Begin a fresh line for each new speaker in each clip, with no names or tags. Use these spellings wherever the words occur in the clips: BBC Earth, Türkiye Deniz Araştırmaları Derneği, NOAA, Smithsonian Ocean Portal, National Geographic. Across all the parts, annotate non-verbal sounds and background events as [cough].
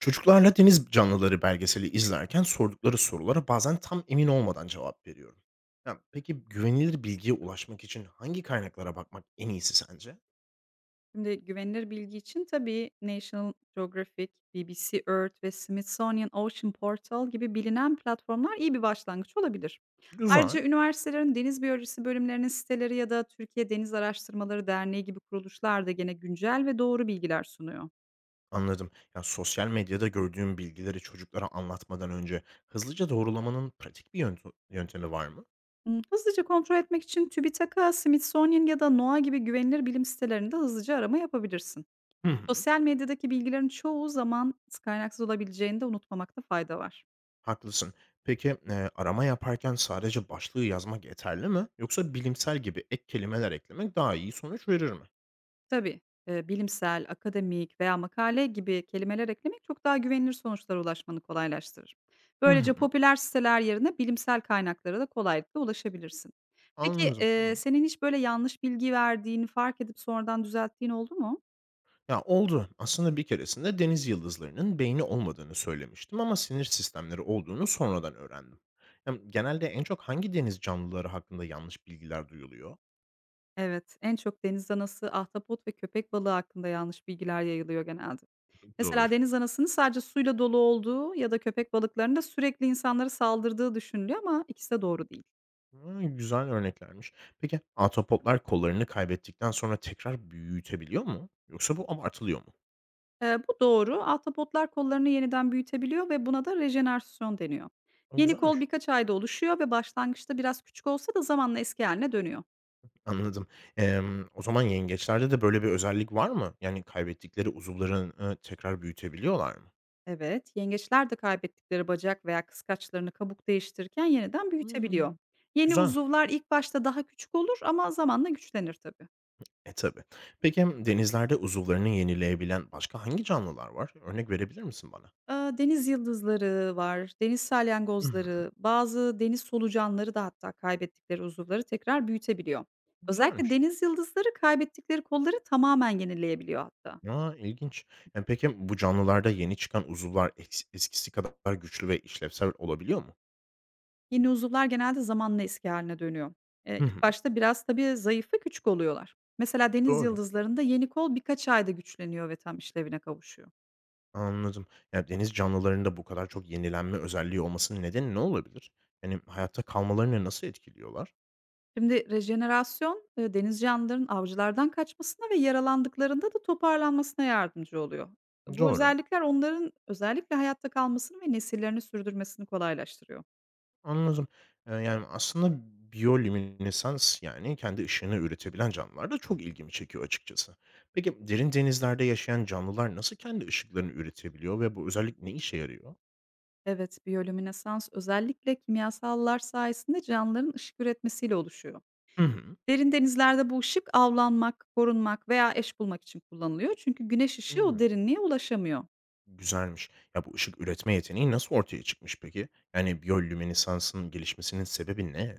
Çocuklarla deniz canlıları belgeseli izlerken sordukları sorulara bazen tam emin olmadan cevap veriyorum. Ya, peki güvenilir bilgiye ulaşmak için hangi kaynaklara bakmak en iyisi sence?
Şimdi güvenilir bilgi için tabii National Geographic, BBC Earth ve Smithsonian Ocean Portal gibi bilinen platformlar iyi bir başlangıç olabilir.
Güzel,
Ayrıca üniversitelerin deniz biyolojisi bölümlerinin siteleri ya da Türkiye Deniz Araştırmaları Derneği gibi kuruluşlar da gene güncel ve doğru bilgiler sunuyor.
anladım. Ya sosyal medyada gördüğüm bilgileri çocuklara anlatmadan önce hızlıca doğrulamanın pratik bir yöntemi var mı?
Hmm, hızlıca kontrol etmek için TÜBİTAK'a, Smithsonian ya da NOAA gibi güvenilir bilim sitelerinde hızlıca arama yapabilirsin.
Hı hı.
Sosyal medyadaki bilgilerin çoğu zaman kaynaksız olabileceğini de unutmamakta fayda var.
Haklısın. Peki arama yaparken sadece başlığı yazmak yeterli mi? Yoksa bilimsel gibi ek kelimeler eklemek daha iyi sonuç verir mi?
Tabii, bilimsel, akademik veya makale gibi kelimeler eklemek çok daha güvenilir sonuçlara ulaşmanı kolaylaştırır.
Hı
Böylece
hı.
popüler siteler yerine bilimsel kaynaklara da kolaylıkla ulaşabilirsin. Peki,
Anladım, tamam.
senin hiç böyle yanlış bilgi verdiğini fark edip sonradan düzelttiğin oldu mu?
Ya oldu. Aslında bir keresinde deniz yıldızlarının beyni olmadığını söylemiştim ama sinir sistemleri olduğunu sonradan öğrendim. Ya genelde en çok hangi deniz canlıları hakkında yanlış bilgiler duyuluyor?
Evet, en çok deniz anası, ahtapot ve köpek balığı hakkında yanlış bilgiler yayılıyor genelde.
Doğru.
Mesela deniz anasının sadece suyla dolu olduğu ya da köpek balıklarının da sürekli insanlara saldırdığı düşünülüyor ama ikisi de doğru değil.
Hı, güzel örneklermiş. Peki atopotlar kollarını kaybettikten sonra tekrar büyütebiliyor mu? Yoksa bu abartılıyor mu?
Bu doğru. Ahtapotlar kollarını yeniden büyütebiliyor ve buna da rejenerasyon deniyor.
O
Yeni kol
güzelmiş.
birkaç ayda oluşuyor ve başlangıçta biraz küçük olsa da zamanla eski haline dönüyor.
Anladım. O zaman yengeçlerde de böyle bir özellik var mı? Yani kaybettikleri uzuvlarını tekrar büyütebiliyorlar mı?
Evet, yengeçler de kaybettikleri bacak veya kıskaçlarını kabuk değiştirirken yeniden büyütebiliyor.
Hmm.
Yeni
Güzel.
uzuvlar ilk başta daha küçük olur ama zamanla güçlenir tabii.
E, tabii. Peki, hem denizlerde uzuvlarını yenileyebilen başka hangi canlılar var? Örnek verebilir misin bana?
Aaa, deniz yıldızları var, deniz
Hı hı.
salyangozları, bazı deniz solucanları da hatta kaybettikleri uzuvları tekrar büyütebiliyor. Özellikle
Güzelmiş.
deniz yıldızları kaybettikleri kolları tamamen yenileyebiliyor hatta.
Aa, ilginç. Yani, peki, bu canlılarda yeni çıkan uzuvlar eskisi kadar güçlü ve işlevsel olabiliyor mu?
Yeni uzuvlar genelde zamanla eski hâline dönüyor.
Hı
İlk
hı.
başta biraz tabii zayıf ve küçük oluyorlar. Mesela deniz
Doğru.
yıldızlarında yeni kol birkaç ayda güçleniyor ve tam işlevine kavuşuyor.
Anladım. Yani deniz canlılarında bu kadar çok yenilenme özelliği olmasının nedeni ne olabilir? Yani, hayatta kalmalarını nasıl etkiliyorlar?
Şimdi rejenerasyon, deniz canlılarının avcılardan kaçmasına ve yaralandıklarında da toparlanmasına yardımcı oluyor. Bu
Doğru.
özellikler onların özellikle hayatta kalmasını ve nesillerini sürdürmesini kolaylaştırıyor.
Anladım. Yani, aslında biyolüminesans, yani, kendi ışığını üretebilen canlılar da çok ilgimi çekiyor açıkçası. Peki, derin denizlerde yaşayan canlılar nasıl kendi ışıklarını üretebiliyor ve bu özellik ne işe yarıyor?
Evet, biyolüminesans özellikle kimyasallar sayesinde canlıların ışık üretmesiyle oluşuyor.
Hı hı.
Derin denizlerde bu ışık avlanmak, korunmak veya eş bulmak için kullanılıyor. Çünkü güneş ışığı o
Hımm,
derinliğe ulaşamıyor.
güzelmiş. Ya, bu ışık üretme yeteneği nasıl ortaya çıkmış peki? Yani, biyolüminesansın gelişmesinin sebebi ne?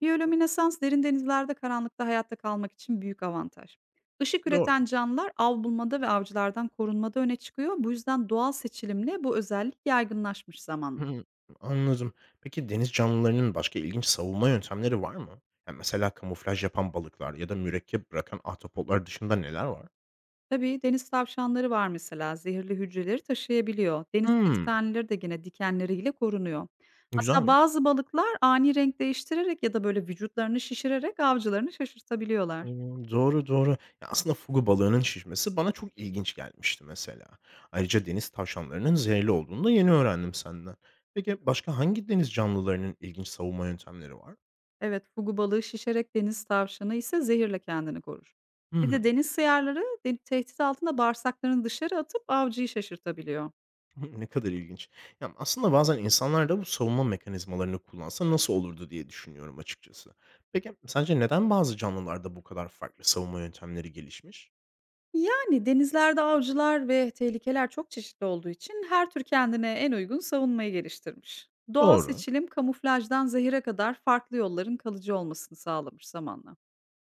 Biyolöminesans derin denizlerde karanlıkta hayatta kalmak için büyük avantaj. Işık
Doğru.
üreten canlılar av bulmada ve avcılardan korunmada öne çıkıyor. Bu yüzden doğal seçilimle bu özellik yaygınlaşmış zamanla.
Hımm, anladım. Peki, deniz canlılarının başka ilginç savunma yöntemleri var mı? Ya, mesela kamuflaj yapan balıklar ya da mürekkep bırakan ahtapotlar dışında neler var?
Tabii deniz tavşanları var mesela, zehirli hücreleri taşıyabiliyor. Deniz
Hımm,
kestaneleri de gene dikenleriyle korunuyor. Hatta
güzelmiş.
bazı balıklar ani renk değiştirerek ya da böyle vücutlarını şişirerek avcılarını şaşırtabiliyorlar.
Doğru, doğru. Ya, aslında fugu balığının şişmesi bana çok ilginç gelmişti mesela. Ayrıca deniz tavşanlarının zehirli olduğunu da yeni öğrendim senden. Peki başka hangi deniz canlılarının ilginç savunma yöntemleri var?
Evet, fugu balığı şişerek, deniz tavşanı ise zehirle kendini korur.
Hı
Bir de
hı.
deniz sıyarları tehdit altında bağırsaklarını dışarı atıp avcıyı şaşırtabiliyor.
Hı, [laughs] ne kadar ilginç. Ya, aslında bazen insanlar da bu savunma mekanizmalarını kullansa nasıl olurdu diye düşünüyorum açıkçası. Peki sence neden bazı canlılarda bu kadar farklı savunma yöntemleri gelişmiş?
Yani denizlerde avcılar ve tehlikeler çok çeşitli olduğu için her tür kendine en uygun savunmayı geliştirmiş. Doğal
Doğru.
seçilim kamuflajdan zehire kadar farklı yolların kalıcı olmasını sağlamış zamanla.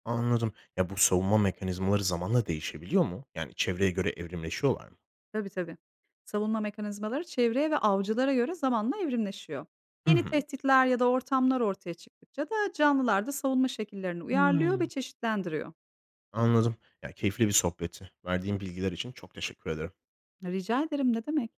Anladım. Ya, bu savunma mekanizmaları zamanla değişebiliyor mu? Yani çevreye göre evrimleşiyorlar mı?
Tabii, tabii. Savunma mekanizmaları çevreye ve avcılara göre zamanla evrimleşiyor.
Hı
Yeni
hı.
tehditler ya da ortamlar ortaya çıktıkça da canlılar da savunma şekillerini uyarlıyor ve
Hımm.
çeşitlendiriyor.
Anladım. Ya, keyifli bir sohbetti. Verdiğin bilgiler için çok teşekkür ederim.
Rica ederim, ne demek.